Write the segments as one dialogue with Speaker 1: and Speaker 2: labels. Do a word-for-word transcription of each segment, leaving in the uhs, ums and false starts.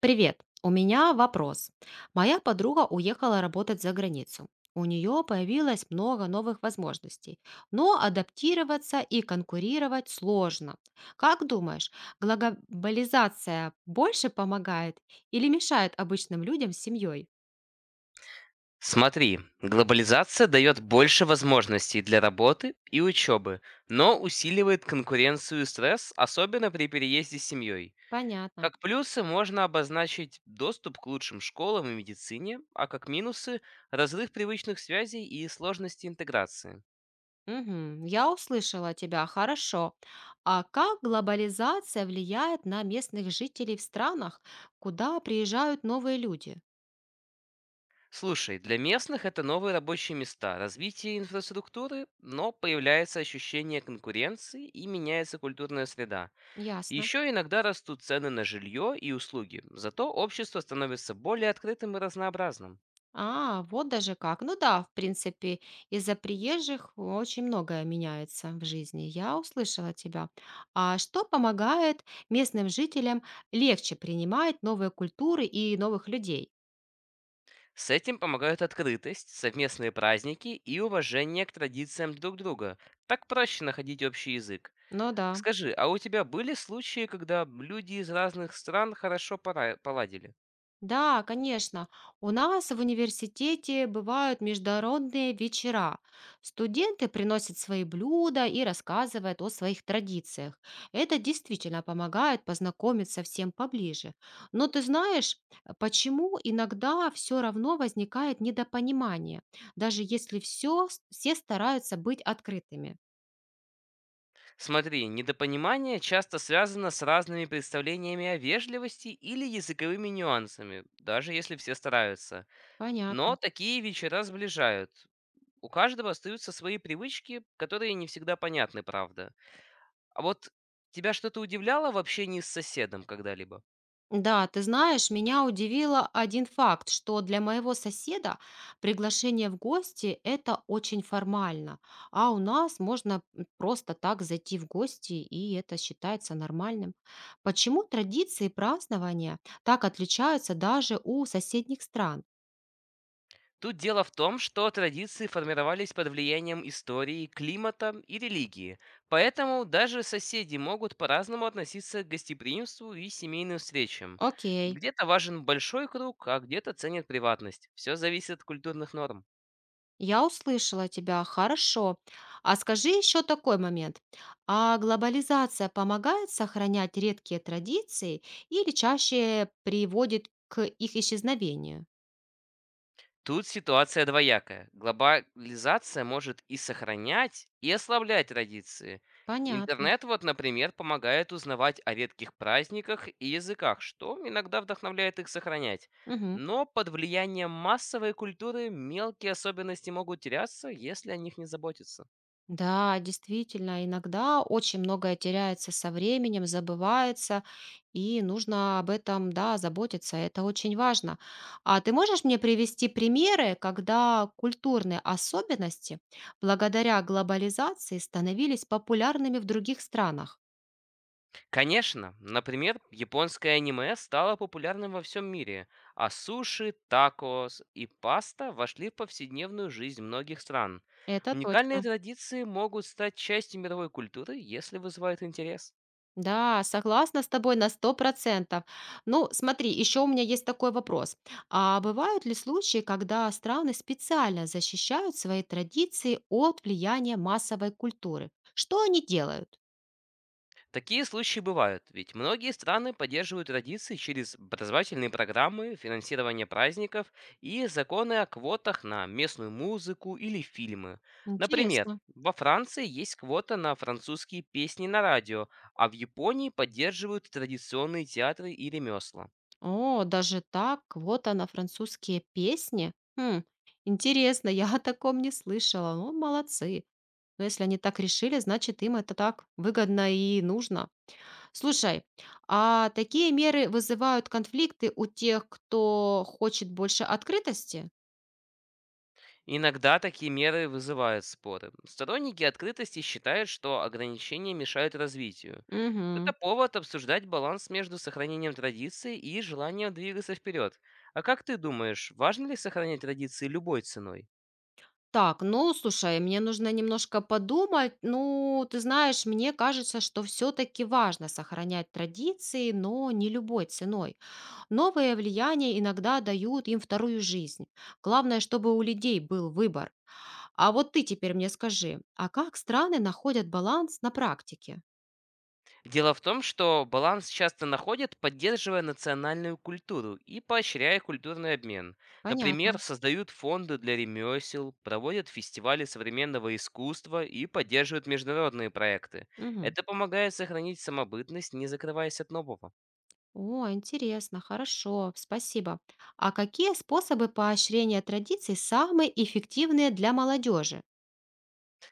Speaker 1: Привет, у меня вопрос. Моя подруга уехала работать за границу. У нее появилось много новых возможностей, но адаптироваться и конкурировать сложно. Как думаешь, глобализация больше помогает или мешает обычным людям с семьей?
Speaker 2: Смотри, глобализация дает больше возможностей для работы и учебы, но усиливает конкуренцию и стресс, особенно при переезде с семьей.
Speaker 1: Понятно.
Speaker 2: Как плюсы можно обозначить доступ к лучшим школам и медицине, а как минусы– разрыв привычных связей и сложности интеграции.
Speaker 1: Мгм, я услышала тебя, хорошо. А как глобализация влияет на местных жителей в странах, куда приезжают новые люди?
Speaker 2: Слушай, для местных это новые рабочие места, развитие инфраструктуры, но появляется ощущение конкуренции и меняется культурная среда.
Speaker 1: Ясно.
Speaker 2: Еще иногда растут цены на жилье и услуги, зато общество становится более открытым и разнообразным.
Speaker 1: А, вот даже как. Ну да, в принципе, из-за приезжих очень многое меняется в жизни. Я услышала тебя. А что помогает местным жителям легче принимать новые культуры и новых людей?
Speaker 2: С этим помогают открытость, совместные праздники и уважение к традициям друг друга. Так проще находить общий язык.
Speaker 1: Ну да.
Speaker 2: Скажи, а у тебя были случаи, когда люди из разных стран хорошо пора- поладили?
Speaker 1: Да, конечно. У нас в университете бывают международные вечера. Студенты приносят свои блюда и рассказывают о своих традициях. Это действительно помогает познакомиться всем поближе. Но ты знаешь, э, почему иногда все равно возникает недопонимание, даже если все, все стараются быть открытыми?
Speaker 2: Смотри, недопонимание часто связано с разными представлениями о вежливости или языковыми нюансами, даже если все стараются. Но
Speaker 1: Понятно.
Speaker 2: такие вечера сближают. У каждого остаются свои привычки, которые не всегда понятны, правда. А вот тебя что-то удивляло в общении с соседом когда-либо?
Speaker 1: Да, ты знаешь, меня удивило один факт, что для моего соседа приглашение в гости – это очень формально, а у нас можно м, просто так зайти в гости, и это считается нормальным. Почему традиции празднования так отличаются даже у соседних стран?
Speaker 2: Тут дело в том, что традиции формировались под влиянием истории, климата и религии. Поэтому даже соседи могут по-разному относиться к гостеприимству и семейным встречам.
Speaker 1: Окей.
Speaker 2: Где-то важен большой круг, а где-то ценят приватность. Все зависит от культурных норм.
Speaker 1: Я услышала тебя, хорошо. А скажи еще такой момент. А глобализация помогает сохранять редкие традиции или чаще приводит к их исчезновению?
Speaker 2: Тут ситуация двоякая. Глобализация может и сохранять, и ослаблять традиции.
Speaker 1: Понятно.
Speaker 2: Интернет, вот, например, помогает узнавать о редких праздниках и языках, что иногда вдохновляет их сохранять.
Speaker 1: Мгм.
Speaker 2: Но под влиянием массовой культуры мелкие особенности могут теряться, если о них не заботиться.
Speaker 1: Да, действительно, иногда очень многое теряется со временем, забывается, и нужно об этом, да, заботиться. Это очень важно. А ты можешь мне привести примеры, когда культурные особенности благодаря глобализации становились популярными в других странах?
Speaker 2: Конечно, например, японское аниме стало популярным во всем мире, а суши, такос и паста вошли в повседневную жизнь многих стран.
Speaker 1: Это
Speaker 2: Уникальные
Speaker 1: точно.
Speaker 2: традиции могут стать частью мировой культуры, если вызывают интерес.
Speaker 1: Да, согласна с тобой на сто процентов. Ну, смотри, еще у меня есть такой вопрос. А бывают ли случаи, когда страны специально защищают свои традиции от влияния массовой культуры? Что они делают?
Speaker 2: Такие случаи бывают, ведь многие страны поддерживают традиции через образовательные программы, финансирование праздников и законы о квотах на местную музыку или фильмы. Например,
Speaker 1: Интересно.
Speaker 2: во Франции есть квота на французские песни на радио, а в Японии поддерживают традиционные театры и ремесла.
Speaker 1: О, даже так, вот она, французские песни. Хм, интересно, я о таком не слышала. Ну, молодцы. Но если они так решили, значит, им это так выгодно и нужно. Слушай, а такие меры вызывают конфликты у тех, кто хочет больше открытости?
Speaker 2: Иногда такие меры вызывают споры. Сторонники открытости считают, что ограничения мешают развитию. Это
Speaker 1: Мгм.
Speaker 2: повод обсуждать баланс между сохранением традиций и желанием двигаться вперед. А как ты думаешь, важно ли сохранять традиции любой ценой?
Speaker 1: Так, ну, слушай, мне нужно немножко подумать. Ну, ты знаешь, мне кажется, что все-таки важно сохранять традиции, но не любой ценой. Новые влияния иногда дают им вторую жизнь. Главное, чтобы у людей был выбор. А вот ты теперь мне скажи, а как страны находят баланс на практике?
Speaker 2: Дело в том, что баланс часто находят, поддерживая национальную культуру и поощряя культурный обмен. Например,
Speaker 1: Понятно.
Speaker 2: создают фонды для ремесел, проводят фестивали современного искусства и поддерживают международные проекты.
Speaker 1: Мгм.
Speaker 2: Это помогает сохранить самобытность, не закрываясь от нового.
Speaker 1: О, интересно, хорошо, спасибо. А какие способы поощрения традиций самые эффективные для молодежи?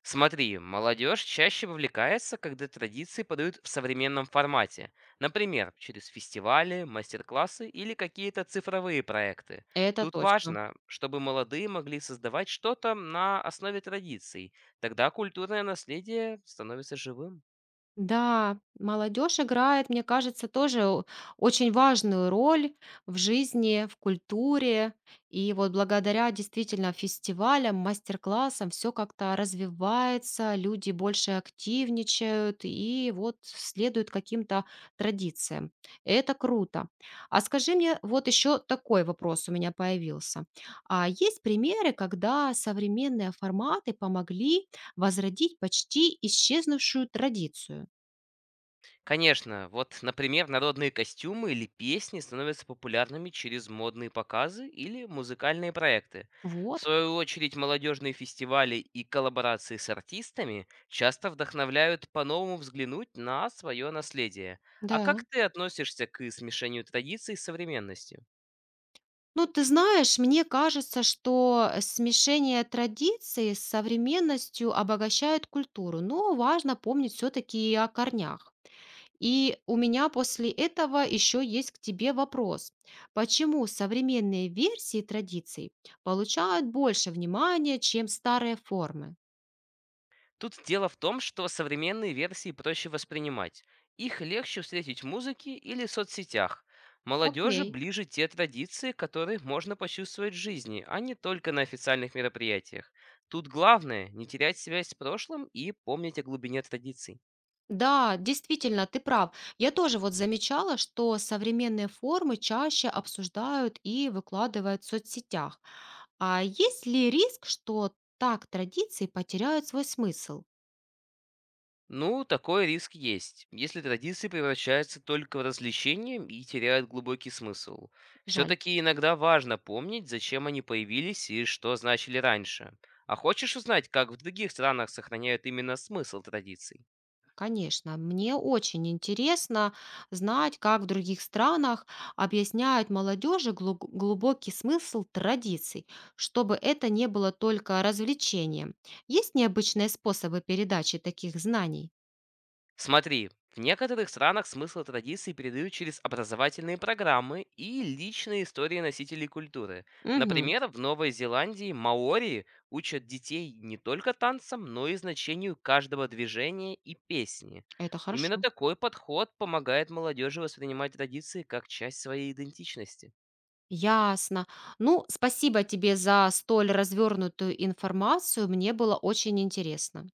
Speaker 2: Смотри, молодежь чаще вовлекается, когда традиции подают в современном формате. Например, через фестивали, мастер-классы или какие-то цифровые проекты.
Speaker 1: Это
Speaker 2: Тут
Speaker 1: точно.
Speaker 2: важно, чтобы молодые могли создавать что-то на основе традиций. Тогда культурное наследие становится живым.
Speaker 1: Да, молодежь играет, мне кажется, тоже о- очень важную роль в жизни, в культуре. И вот благодаря действительно фестивалям, мастер-классам все как-то развивается, люди больше активничают и вот следуют каким-то традициям. Это круто. А скажи мне, вот еще такой вопрос у меня появился. А есть примеры, когда современные форматы помогли возродить почти исчезнувшую традицию?
Speaker 2: Конечно, вот, например, народные костюмы или песни становятся популярными через модные показы или музыкальные проекты. В
Speaker 1: Вот
Speaker 2: свою
Speaker 1: как.
Speaker 2: очередь, молодежные фестивали и коллаборации с артистами часто вдохновляют по-новому взглянуть на свое наследие. А
Speaker 1: Да.
Speaker 2: как ты относишься к смешению традиций с современностью?
Speaker 1: Ну, ты знаешь, мне кажется, что э, смешение традиций с современностью обогащает культуру, но важно помнить все-таки и о корнях. И у меня после этого еще есть к тебе вопрос. Почему современные версии традиций получают больше внимания, чем старые формы?
Speaker 2: Тут дело в том, что современные версии проще воспринимать. Их легче встретить в музыке или соцсетях. Молодежи
Speaker 1: Окей.
Speaker 2: ближе те традиции, которые можно почувствовать в жизни, а не только на официальных мероприятиях. Тут главное не терять связь с прошлым и помнить о глубине традиций.
Speaker 1: Да, действительно, ты прав. Я тоже вот замечала, что современные формы чаще обсуждают и выкладывают в соцсетях. А есть ли риск, что так традиции потеряют свой смысл?
Speaker 2: Ну, такой риск есть, если традиции превращаются только в развлечение и теряют глубокий смысл.
Speaker 1: Жаль.
Speaker 2: Все-таки иногда важно помнить, зачем они появились и что значили раньше. А хочешь узнать, как в других странах сохраняют именно смысл традиций?
Speaker 1: Конечно, мне очень интересно знать, как в других странах объясняют молодежи глу- глубокий смысл традиций, чтобы это не было только развлечением. Есть необычные способы передачи таких знаний?
Speaker 2: Смотри, в некоторых странах смысл традиций передают через образовательные программы и личные истории носителей культуры.
Speaker 1: Угу,
Speaker 2: Например, в Новой Зеландии маори учат детей не только танцам, но и значению каждого движения и песни.
Speaker 1: это
Speaker 2: Именно
Speaker 1: хорошо.
Speaker 2: такой подход помогает молодежи воспринимать традиции как часть своей идентичности.
Speaker 1: Ясно. Ну, спасибо тебе за столь развернутую информацию. Мне было очень интересно.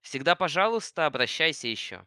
Speaker 2: Всегда, пожалуйста, обращайся еще.